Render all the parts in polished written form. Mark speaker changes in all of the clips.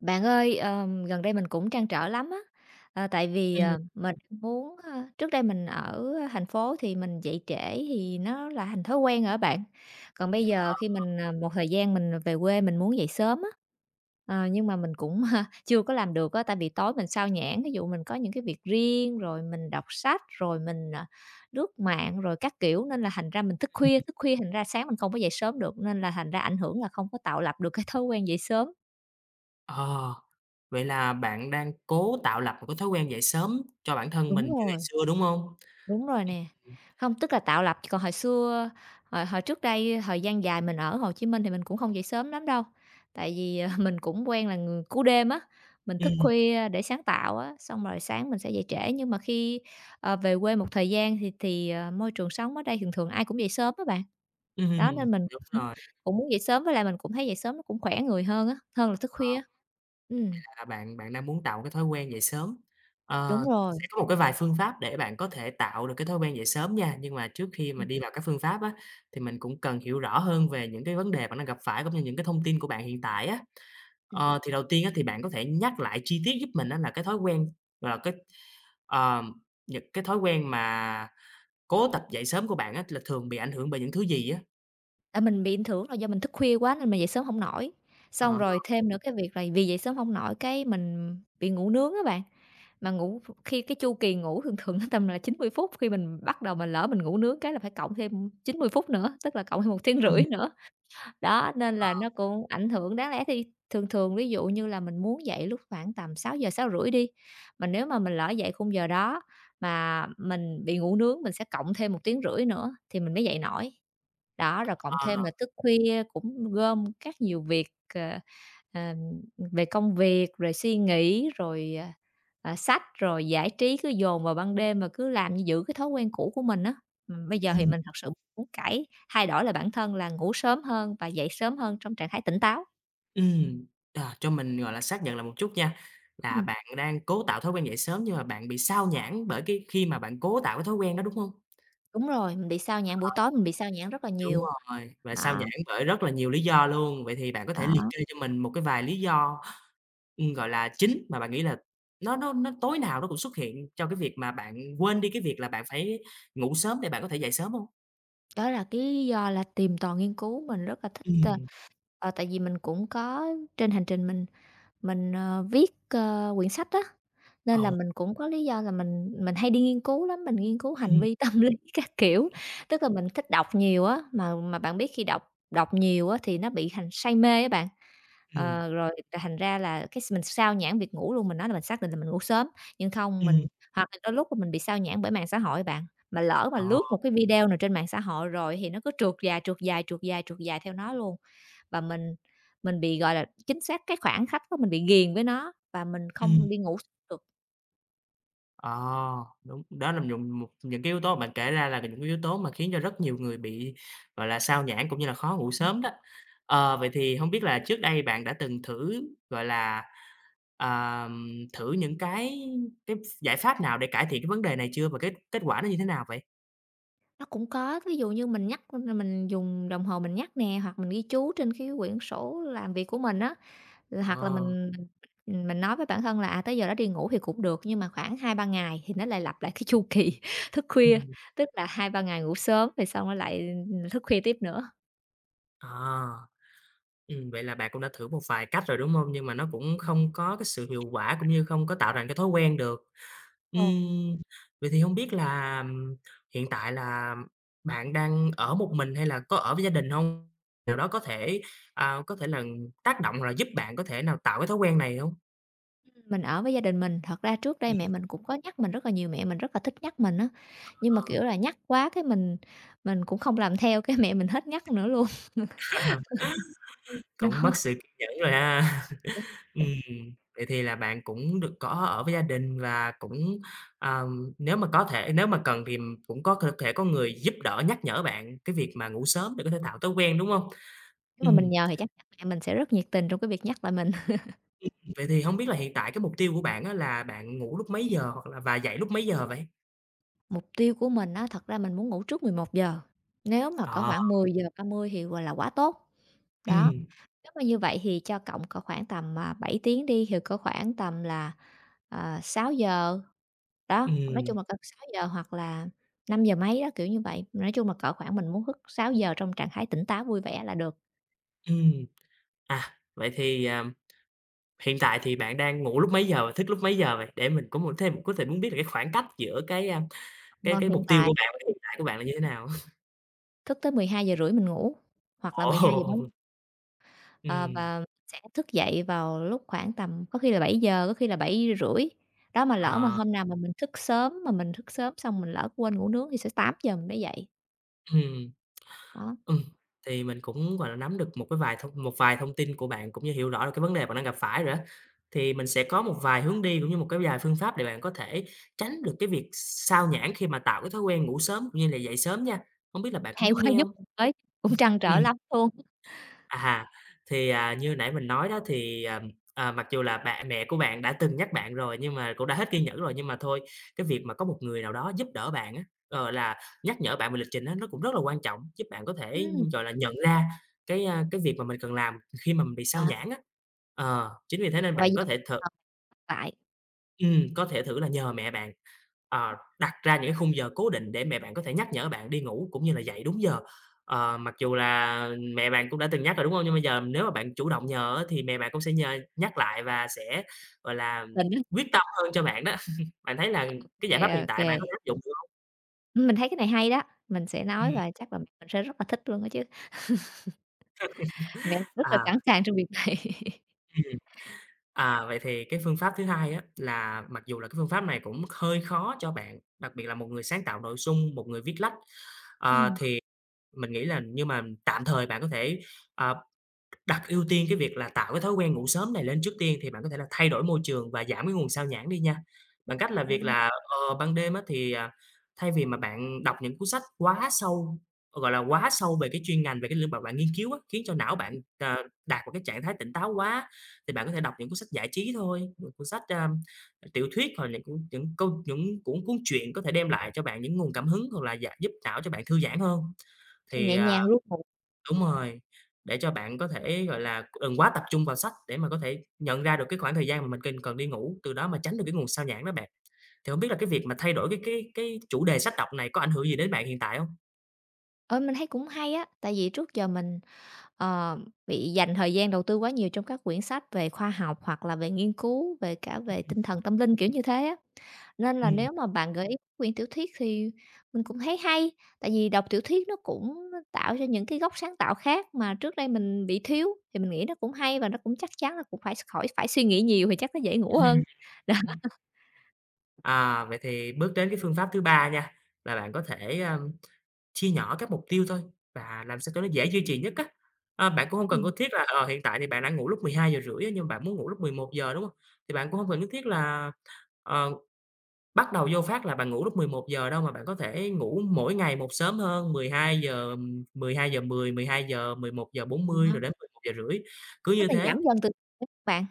Speaker 1: Bạn ơi, gần đây mình cũng trăn trở lắm á, tại vì,
Speaker 2: Ừm, ừm,
Speaker 1: mình muốn, trước đây mình ở thành phố thì mình dậy trễ thì nó là thành thói quen rồi bạn. Còn bây giờ khi mình, một thời gian mình về quê mình muốn dậy sớm á, nhưng mà mình cũng, chưa có làm được á, tại vì tối mình sao nhãng. Ví dụ mình có những cái việc riêng, rồi mình đọc sách, rồi mình, lướt mạng rồi các kiểu, nên là thành ra mình thức khuya thành ra sáng mình không có dậy sớm được, nên là thành ra ảnh hưởng là không có tạo lập được cái thói quen dậy sớm.
Speaker 2: ờ, Vậy là bạn đang cố tạo lập một cái thói quen dậy sớm cho bản thân mình
Speaker 1: Đúng
Speaker 2: như ngày
Speaker 1: rồi.
Speaker 2: xưa, đúng hông?
Speaker 1: Đúng rồi nè. Không, tức là tạo lập, còn hồi xưa, hồi hồi trước đây thời gian dài mình ở Hồ Chí Minh thì mình cũng không dậy sớm lắm đâu, tại vì, mình cũng quen là người cú đêm á, mình thức
Speaker 2: Ừm,
Speaker 1: khuya để sáng tạo á, xong rồi sáng mình sẽ dậy trễ. Nhưng mà khi, về quê một thời gian thì, môi trường sống ở đây thường thường ai cũng dậy sớm á bạn.
Speaker 2: ừm,
Speaker 1: Đó,
Speaker 2: ừm,
Speaker 1: nên mình
Speaker 2: Đúng
Speaker 1: cũng
Speaker 2: rồi,
Speaker 1: cũng muốn dậy sớm với lại mình cũng thấy dậy sớm nó cũng khỏe người hơn á, hơn là thức khuya
Speaker 2: ờ,
Speaker 1: á. Ừm.
Speaker 2: là bạn bạn đang muốn tạo cái thói quen dậy sớm.
Speaker 1: Đúng rồi.
Speaker 2: Sẽ có một cái vài phương pháp để bạn có thể tạo được cái thói quen dậy sớm nha, nhưng mà trước khi mà
Speaker 1: Ừm.
Speaker 2: đi vào các phương pháp á, thì mình cũng cần hiểu rõ hơn về những cái vấn đề bạn đang gặp phải cũng như những cái thông tin của bạn hiện tại á. Thì đầu tiên á, thì bạn có thể nhắc lại chi tiết giúp mình á là cái thói quen, là cái Ờ, những cái thói quen mà cố tập dậy sớm của bạn á là thường bị ảnh hưởng bởi những thứ gì á?
Speaker 1: Tại mình bị ảnh hưởng là do mình thức khuya quá nên mình dậy sớm hổng nổi.
Speaker 2: Ờ,
Speaker 1: Xong rồi thêm nữa cái việc là vì dậy sớm hông nổi cái mình bị ngủ nướng á bạn, mà ngủ khi cái chu kỳ ngủ thường thường nó tầm là 90 phút, khi mình bắt đầu mà lỡ mình ngủ nướng cái là phải cộng thêm 90 phút nữa, tức là cộng thêm 1 tiếng rưỡi nữa. Đó, nên là nó cũng ảnh hưởng. Đáng lẽ thì thường thường ví dụ như là mình muốn dậy lúc khoảng tầm 6 giờ 6 rưỡi đi, mà nếu mà mình lỡ dậy khung giờ đó mà mình bị ngủ nướng, mình sẽ cộng thêm 1 tiếng rưỡi nữa thì mình mới dậy nổi. Đó, rồi cộng
Speaker 2: ờ,
Speaker 1: thêm là thức khuya cũng gom các nhiều việc, ờ, ờ, về công việc, rồi suy nghĩ, rồi, sách, rồi giải trí cứ dồn vào ban đêm mà cứ làm như giữ cái thói quen cũ của mình á. Bây giờ thì mình thật sự muốn thay đổi là bản thân là ngủ sớm hơn và dậy sớm hơn trong trạng thái tỉnh táo.
Speaker 2: ừm, cho mình, gọi là, xác nhận lại một chút nha, là
Speaker 1: Ừm.
Speaker 2: bạn đang cố tạo thói quen dậy sớm nhưng mà bạn bị xao nhãng bởi cái khi mà bạn cố tạo cái thói quen đó, đúng hông?
Speaker 1: Đúng rồi, mình bị sao nhãng, buổi tối mình bị sao nhãng rất là
Speaker 2: Đúng
Speaker 1: nhiều.
Speaker 2: rồi, và xao
Speaker 1: Đó,
Speaker 2: nhãng bởi rất là nhiều lý do luôn. Vậy thì bạn có thể liệt
Speaker 1: đó.
Speaker 2: kê cho mình một cái vài lý do, gọi là, chính mà bạn nghĩ là nó tối nào nó cũng xuất hiện cho cái việc mà bạn quên đi cái việc là bạn phải ngủ sớm để bạn có thể dậy sớm hông?
Speaker 1: Đó là cái lý do là tìm tòi nghiên cứu, mình rất là thích,
Speaker 2: Ừm,
Speaker 1: tại vì mình cũng có trên hành trình mình. Mình, viết, quyển sách á,
Speaker 2: ồ,
Speaker 1: nên là mình cũng có lý do là mình hay đi nghiên cứu lắm, mình nghiên cứu hành
Speaker 2: ừm,
Speaker 1: vi tâm lý các kiểu. Tức là mình thích đọc nhiều á, mà bạn biết khi đọc đọc nhiều á thì nó bị thành say mê á bạn,
Speaker 2: ừm,
Speaker 1: rồi thành ra là cái mình sao nhãng việc ngủ luôn. Mình nói là mình xác định là mình ngủ sớm, nhưng không
Speaker 2: ừm,
Speaker 1: mình hoặc là đôi lúc mình bị sao nhãng bởi mạng xã hội bạn, mà lỡ mà
Speaker 2: ờ,
Speaker 1: lướt một cái video nào trên mạng xã hội rồi thì nó cứ trượt dài, trượt dài, trượt dài, trượt dài theo nó luôn. Và mình bị, gọi là, chính xác cái khoảng khắc đó mình bị ghiền với nó và mình
Speaker 2: ừm,
Speaker 1: không đi ngủ được.
Speaker 2: ờ, Đúng, đó là nhùng một những cái yếu tố bạn kể ra là những cái yếu tố mà khiến cho rất nhiều người bị, gọi là, xao nhãng cũng như là khó ngủ sớm đó. Vậy thì hông biết là trước đây bạn đã từng thử, gọi là, thử những cái ph giải pháp nào để cải thiện cái vấn đề này chưa và kết kết quả nó như thế nào vậy?
Speaker 1: Nó cũng có, ví dụ như mình nhắc mình dùng đồng hồ mình nhắc nè, hoặc mình ghi chú trên cái quyển sổ làm việc của mình á, hoặc là
Speaker 2: Ờ,
Speaker 1: mình nói với bản thân là, à, tới giờ đó đi ngủ thì cũng được, nhưng mà khoảng 2-3 ngày thì nó lại lặp lại cái chu kỳ thức khuya,
Speaker 2: ừm,
Speaker 1: tức là 2-3 ngày ngủ sớm thì xong nó lại, thức khuya tiếp nữa.
Speaker 2: à, Vậy là bạn cũng đã thử một vài cách rồi, đúng hông? Nhưng mà nó cũng không có cái sự hiệu quả cũng như không có tạo thành cái thói quen được. Ừm, Vậy thì không biết là, hiện tại là bạn đang ở một mình hay là có ở với gia đình không? Điều đó có thể là tác động hoặc là giúp bạn có thể nào tạo cái thói quen này không?
Speaker 1: Mình ở với gia đình mình, thật ra trước đây mẹ mình cũng có nhắc mình rất là nhiều, mẹ mình rất là thích nhắc mình á, nhưng mà,
Speaker 2: Ờ,
Speaker 1: kiểu là, nhắc quá cái mình cũng không làm theo, cái mẹ mình hết nhắc nữa luôn.
Speaker 2: Cũng mất
Speaker 1: Đó,
Speaker 2: sự kiên nhẫn rồi ha. Ừm, Vậy thì là bạn cũng được có ở với gia đình và cũng, ờ, nếu mà có thể nếu mà cần thì cũng có thể có người giúp đỡ, nhắc nhở bạn cái việc mà ngủ sớm để có thể tạo thói quen, đúng không?
Speaker 1: nếu mà
Speaker 2: Ừm.
Speaker 1: mình nhờ thì chắc mẹ mình sẽ rất nhiệt tình trong cái việc nhắc lại mình.
Speaker 2: Vậy thì hông biết là hiện tại cái mục tiêu của bạn á là bạn ngủ lúc mấy giờ hoặc là và dậy lúc mấy giờ vậy?
Speaker 1: Mục tiêu của mình á, thật ra mình muốn ngủ trước 11 giờ, nếu mà có
Speaker 2: Ờ,
Speaker 1: khoảng 10 giờ 30 thì, gọi là, quá tốt. Đó,
Speaker 2: ừm,
Speaker 1: nếu mà như vậy thì cho cộng cỡ khoảng tầm, 7 tiếng đi thì có khoảng tầm là, 6 giờ. Đó, nói
Speaker 2: ừm,
Speaker 1: chung là cỡ 6 giờ hoặc là 5 giờ mấy đó, kiểu như vậy. Nói chung là cỡ khoảng mình muốn thức 6 giờ trong trạng thái tỉnh táo vui vẻ là được.
Speaker 2: ừm. Vậy thì, hiện tại thì bạn đang ngủ lúc mấy giờ và thức lúc mấy giờ vậy? Để mình cũng muốn thêm có thể muốn biết là cái khoảng cách giữa cái, a, cái
Speaker 1: Còn
Speaker 2: cái mục
Speaker 1: hiện
Speaker 2: tiêu
Speaker 1: tại
Speaker 2: của bạn và cái hiện tại của bạn là như thế nào?
Speaker 1: thức tới 12 giờ rưỡi mình ngủ, hoặc là
Speaker 2: Ồ!
Speaker 1: 12:40, ờ,
Speaker 2: ừm,
Speaker 1: và sẽ thức dậy vào lúc khoảng tầm có khi là 7 giờ có khi là 7 rưỡi. Đó, mà lỡ mà
Speaker 2: ờ,
Speaker 1: hôm nào mà mình thức sớm mà mình thức sớm xong mình lỡ quên ngủ nướng thì sẽ 8 giờ mình mới dậy.
Speaker 2: ừm.
Speaker 1: Đó,
Speaker 2: Ừm, thì mình cũng, gọi là, nắm được một vài thông tin của bạn cũng như hiểu rõ được cái vấn đề bạn đang gặp phải rồi á. Thì mình sẽ có một vài hướng đi cũng như một cái vài phương pháp để bạn có thể tránh được cái việc sao nhãng khi mà tạo cái thói quen ngủ sớm cũng như là dậy sớm nha. Hông biết là bạn có
Speaker 1: hay
Speaker 2: muốn
Speaker 1: quá
Speaker 2: nghe
Speaker 1: giúp
Speaker 2: hông?
Speaker 1: mình với, cũng trăn trở
Speaker 2: Ừm.
Speaker 1: lắm luôn.
Speaker 2: À, thì, như nãy mình nói đó thì, mặc dù là mẹ của bạn đã từng nhắc bạn rồi nhưng mà cũng đã hết kiên nhẫn rồi, nhưng mà thôi, cái việc mà có một người nào đó giúp đỡ bạn á, gọi là, nhắc nhở bạn về lịch trình á, nó cũng rất là quan trọng, giúp bạn có thể,
Speaker 1: Ừm,
Speaker 2: gọi là, nhận ra cái việc mà mình cần làm khi mà mình bị sao
Speaker 1: đó,
Speaker 2: nhãng á. Chính vì thế nên
Speaker 1: vậy
Speaker 2: bạn
Speaker 1: giờ
Speaker 2: có thể
Speaker 1: mình
Speaker 2: thử.
Speaker 1: còn lại.
Speaker 2: Có thể thử là nhờ mẹ bạn, đặt ra những cái khung giờ cố định để mẹ bạn có thể nhắc nhở bạn đi ngủ cũng như là dậy đúng giờ. Ờ, mặc dù là mẹ bạn cũng đã từng nhắc rồi, đúng không? Nhưng bây giờ nếu mà bạn chủ động nhờ á thì mẹ bạn cũng sẽ nhờ nhắc lại và sẽ, gọi là,
Speaker 1: Tình á,
Speaker 2: quyết tâm hơn cho bạn đó. Bạn thấy là
Speaker 1: ô
Speaker 2: cái giải pháp
Speaker 1: kê,
Speaker 2: hiện
Speaker 1: ô
Speaker 2: tại
Speaker 1: kê.
Speaker 2: bạn có áp dụng được hông?
Speaker 1: Mình thấy cái này hay đó, mình sẽ nói
Speaker 2: Ừm,
Speaker 1: và chắc là mẹ mình sẽ rất là thích luôn á chứ, mẹ mình rất là sẵn
Speaker 2: à,
Speaker 1: sàng trong việc này.
Speaker 2: ừm, Vậy thì cái phương pháp thứ hai á là mặc dù là cái phương pháp này cũng hơi khó cho bạn, đặc biệt là một người sáng tạo nội dung, một người viết lách. ờ
Speaker 1: Ừm,
Speaker 2: Mình nghĩ là nhưng mà tạm thời bạn có thể, ờ, Đặt ưu tiên cái việc là tạo cái thói quen ngủ sớm này lên trước tiên thì bạn có thể là thay đổi môi trường và giảm cái nguồn xao nhãng đi nha. Bằng cách là
Speaker 1: ờ,
Speaker 2: việc là, ban đêm á thì, thay vì mà bạn đọc những cuốn sách quá sâu, gọi là, quá sâu về cái chuyên ngành, về cái lĩnh vực bạn nghiên cứu á, khiến cho não bạn, ờ, đạt một cái trạng thái tỉnh táo quá, thì bạn có thể đọc những cuốn sách giải trí thôi, những cuốn sách, tiểu thuyết hoặc là những cuốn những câu những cuốn cuốn truyện có thể đem lại cho bạn những nguồn cảm hứng hoặc là dạ giúp não cho bạn thư giãn hơn.
Speaker 1: cho
Speaker 2: Thì,
Speaker 1: nhẹ
Speaker 2: à
Speaker 1: nhàng ru ngủ.
Speaker 2: Đúng rồi, để cho bạn có thể, gọi là, đừng quá tập trung vào sách để mà có thể nhận ra được cái khoảng thời gian mà mình cần cần đi ngủ, từ đó mà tránh được cái nguồn xao nhãng đó bạn. Thì hổng biết là cái việc mà thay đổi cái chủ đề sách đọc này có ảnh hưởng gì đến bạn hiện tại hông?
Speaker 1: Ờ, mình thấy cũng hay á, tại vì trước giờ mình, ờ, bị dành thời gian đầu tư quá nhiều trong các quyển sách về khoa học hoặc là về nghiên cứu, về cả về tinh thần tâm linh, kiểu như thế á. Nên là
Speaker 2: Ừm.
Speaker 1: nếu mà bạn gợi ý quyển tiểu thuyết thì mình cũng thấy hay, tại vì đọc tiểu thuyết nó cũng tạo ra những cái góc sáng tạo khác mà trước đây mình bị thiếu, thì mình nghĩ nó cũng hay và nó cũng chắc chắn là cũng phải khỏi phải suy nghĩ nhiều thì chắc nó dễ ngủ hơn. Đó.
Speaker 2: Vậy thì bước đến cái phương pháp thứ ba nha, là bạn có thể, chia nhỏ các mục tiêu thôi và làm sao cho nó dễ duy trì nhất á. Ờ, bạn cũng hông cần có
Speaker 1: Ừm,
Speaker 2: thiết là, hiện tại thì bạn đã ngủ lúc 12:30 á, nhưng bạn muốn ngủ lúc mười một giờ, đúng hông? Thì bạn cũng hông cần nhất thiết là, ờ, Bắt đầu vô phát là bạn ngủ lúc mười một giờ đâu mà bạn có thể ngủ mỗi ngày một sớm hơn, 12:00, 12:10, 12:00, 11:40
Speaker 1: đó.
Speaker 2: rồi đến mười một giờ rưỡi cứ
Speaker 1: Tức
Speaker 2: như
Speaker 1: là giảm
Speaker 2: thế.
Speaker 1: dần từ các bạn.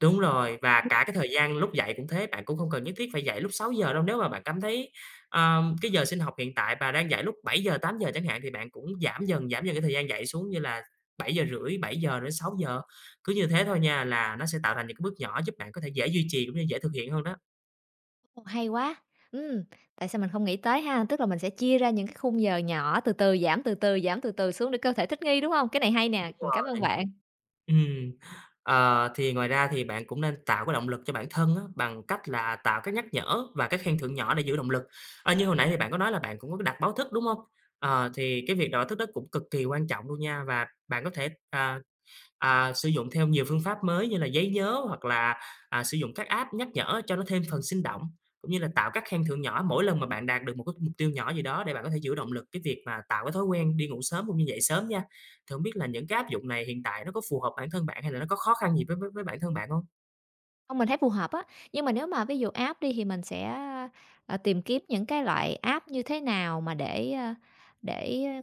Speaker 2: Đúng rồi, và
Speaker 1: Ừm.
Speaker 2: cả cái thời gian lúc dậy cũng thế, bạn cũng không cần nhất thiết phải dậy lúc sáu giờ đâu. Nếu mà bạn cảm thấy, cái giờ sinh học hiện tại bà đang dậy lúc 7:00, giờ chẳng hạn thì bạn cũng giảm dần cái thời gian dậy xuống như là 7:30, giờ đến sáu giờ. Cứ như thế thôi nha là nó sẽ tạo thành những cái bước nhỏ giúp bạn có thể dễ duy trì cũng như dễ thực hiện hơn đó.
Speaker 1: Ồ, hay quá! Ừm, tại sao mình không nghĩ tới ha? Tức là mình sẽ chia ra những cái khung giờ nhỏ, từ từ giảm, từ từ giảm, từ từ xuống để cơ thể thích nghi, đúng hông? Cái này hay nè,
Speaker 2: Đúng
Speaker 1: mình cảm ơn
Speaker 2: rồi.
Speaker 1: bạn.
Speaker 2: Ừm, ờ, thì ngoài ra thì bạn cũng nên tạo cái động lực cho bản thân á, bằng cách là tạo các nhắc nhở và các khen thưởng nhỏ để giữ động lực. Ờ, như hồi nãy thì bạn có nói là bạn cũng có đặt báo thức, đúng không? Ờ, thì cái việc đặt báo thức đó cũng cực kỳ quan trọng luôn nha, và bạn có thể, sử dụng theo nhiều phương pháp mới như là giấy nhớ hoặc là, sử dụng các app nhắc nhở cho nó thêm phần sinh động, cũng như là tạo các khen thưởng nhỏ mỗi lần mà bạn đạt được một cái mục tiêu nhỏ gì đó để bạn có thể giữ động lực cái việc mà tạo cái thói quen đi ngủ sớm cũng như dậy sớm nha. Thì không biết là những cái áp dụng này hiện tại nó có phù hợp bản thân bạn hay là nó có khó khăn gì với bản thân bạn không?
Speaker 1: Không, mình thấy phù hợp á, nhưng mà nếu mà ví dụ app đi thì mình sẽ, tìm kiếm những cái loại app như thế nào mà để,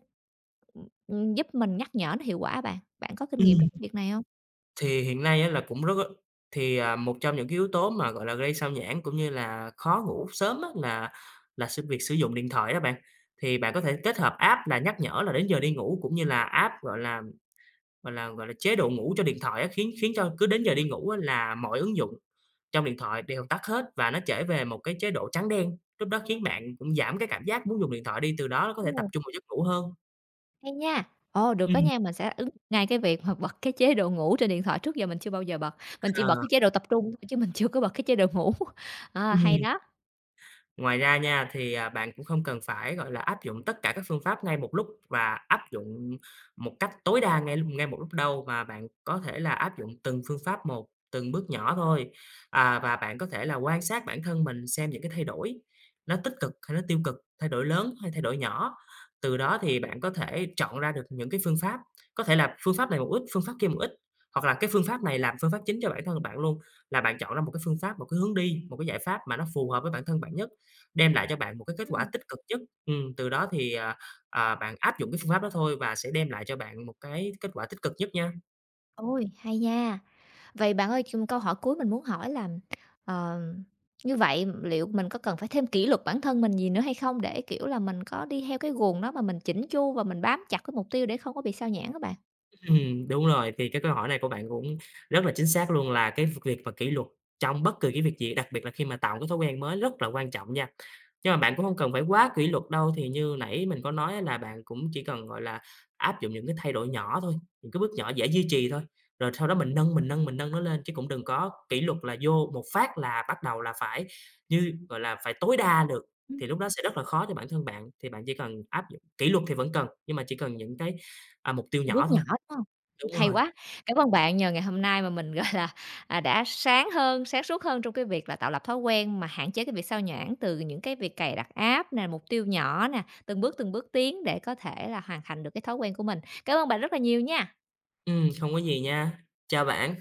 Speaker 1: ừm, giúp mình nhắc nhở nó hiệu quả bạn? Bạn có kinh nghiệm trong cái việc này không?
Speaker 2: Thì hiện nay á là cũng rất á thì, một trong những cái yếu tố mà, gọi là, gây xao nhãng cũng như là khó ngủ sớm á là sự việc sử dụng điện thoại đó bạn. Thì bạn có thể kết hợp app là nhắc nhở là đến giờ đi ngủ cũng như là app, gọi là, chế độ ngủ cho điện thoại á, khiến khiến cho cứ đến giờ đi ngủ á là mọi ứng dụng trong điện thoại đều tắt hết và nó trở về một cái chế độ trắng đen. Lúc đó khiến bạn cũng giảm cái cảm giác muốn dùng điện thoại đi, từ đó có thể tập
Speaker 1: Ồ,
Speaker 2: trung vào giấc ngủ hơn.
Speaker 1: hay nha! Ồ, được đó
Speaker 2: Ừm,
Speaker 1: nha, mình sẽ ứng ngay cái việc mà bật cái chế độ ngủ trên điện thoại, trước giờ mình chưa bao giờ bật, mình
Speaker 2: ờ.
Speaker 1: chỉ bật cái chế độ tập trung thôi chứ mình chưa có bật cái chế độ ngủ. À, hay
Speaker 2: Ừm.
Speaker 1: đó!
Speaker 2: Ngoài ra nha, thì, bạn cũng không cần phải, gọi là, áp dụng tất cả các phương pháp ngay một lúc và áp dụng một cách tối đa ngay một lúc đâu, mà bạn có thể là áp dụng từng phương pháp một, từng bước nhỏ thôi. Và bạn có thể là quan sát bản thân mình xem những cái thay đổi, nó tích cực hay nó tiêu cực, thay đổi lớn hay thay đổi nhỏ. Từ đó thì bạn có thể chọn ra được những cái phương pháp, có thể là phương pháp này một ít, phương pháp kia một ít, hoặc là cái phương pháp này làm phương pháp chính cho bản thân bạn luôn, là bạn chọn ra một cái phương pháp, một cái hướng đi, một cái giải pháp mà nó phù hợp với bản thân bạn nhất. Đem lại cho bạn một cái kết quả
Speaker 1: Ừm.
Speaker 2: tích cực nhất, từ đó thì, bạn áp dụng cái phương pháp đó thôi và sẽ đem lại cho bạn một cái kết quả tích cực nhất nha.
Speaker 1: Ôi, hay nha! Vậy bạn ơi, câu hỏi cuối mình muốn hỏi là, ờ, như vậy liệu mình có cần phải thêm kỷ luật bản thân mình gì nữa hay không để, kiểu là, mình có đi theo cái guồng đó mà mình chỉnh chu và mình bám chặt cái mục tiêu để không có bị sao nhãng các bạn?
Speaker 2: Đúng rồi, thì cái câu hỏi này của bạn cũng rất là chính xác luôn, là cái việc mà kỷ luật trong bất kỳ cái việc gì, đặc biệt là khi mà tạo cái thói quen mới rất là quan trọng nha. Nhưng mà bạn cũng hông cần phải quá kỷ luật đâu, thì như nãy mình có nói á là bạn cũng chỉ cần, gọi là, áp dụng những cái thay đổi nhỏ thôi, những cái bước nhỏ dễ duy trì thôi, rồi sau đó mình nâng, mình nâng, mình nâng nó lên, chứ cũng đừng có kỷ luật là vô một phát là bắt đầu là phải như, gọi là, phải tối đa được,
Speaker 1: Ừm,
Speaker 2: thì lúc đó sẽ rất là khó cho bản thân bạn. Thì bạn chỉ cần áp dụng kỷ luật thì vẫn cần, nhưng mà chỉ cần những cái, mục tiêu
Speaker 1: bước
Speaker 2: nhỏ
Speaker 1: nhỏ,
Speaker 2: thôi.
Speaker 1: đúng hông?
Speaker 2: Đúng
Speaker 1: Hay
Speaker 2: rồi,
Speaker 1: quá! Cảm ơn bạn, nhờ ngày hôm nay mà mình, gọi là, đã sáng hơn, sáng suốt hơn trong cái việc là tạo lập thói quen mà hạn chế cái việc sao nhãng từ những cái việc cài đặt app nè, mục tiêu nhỏ nè, từng bước tiến để có thể là hoàn thành được cái thói quen của mình. Cảm ơn bạn rất là nhiều nha!
Speaker 2: không có gì nha. Chào bạn.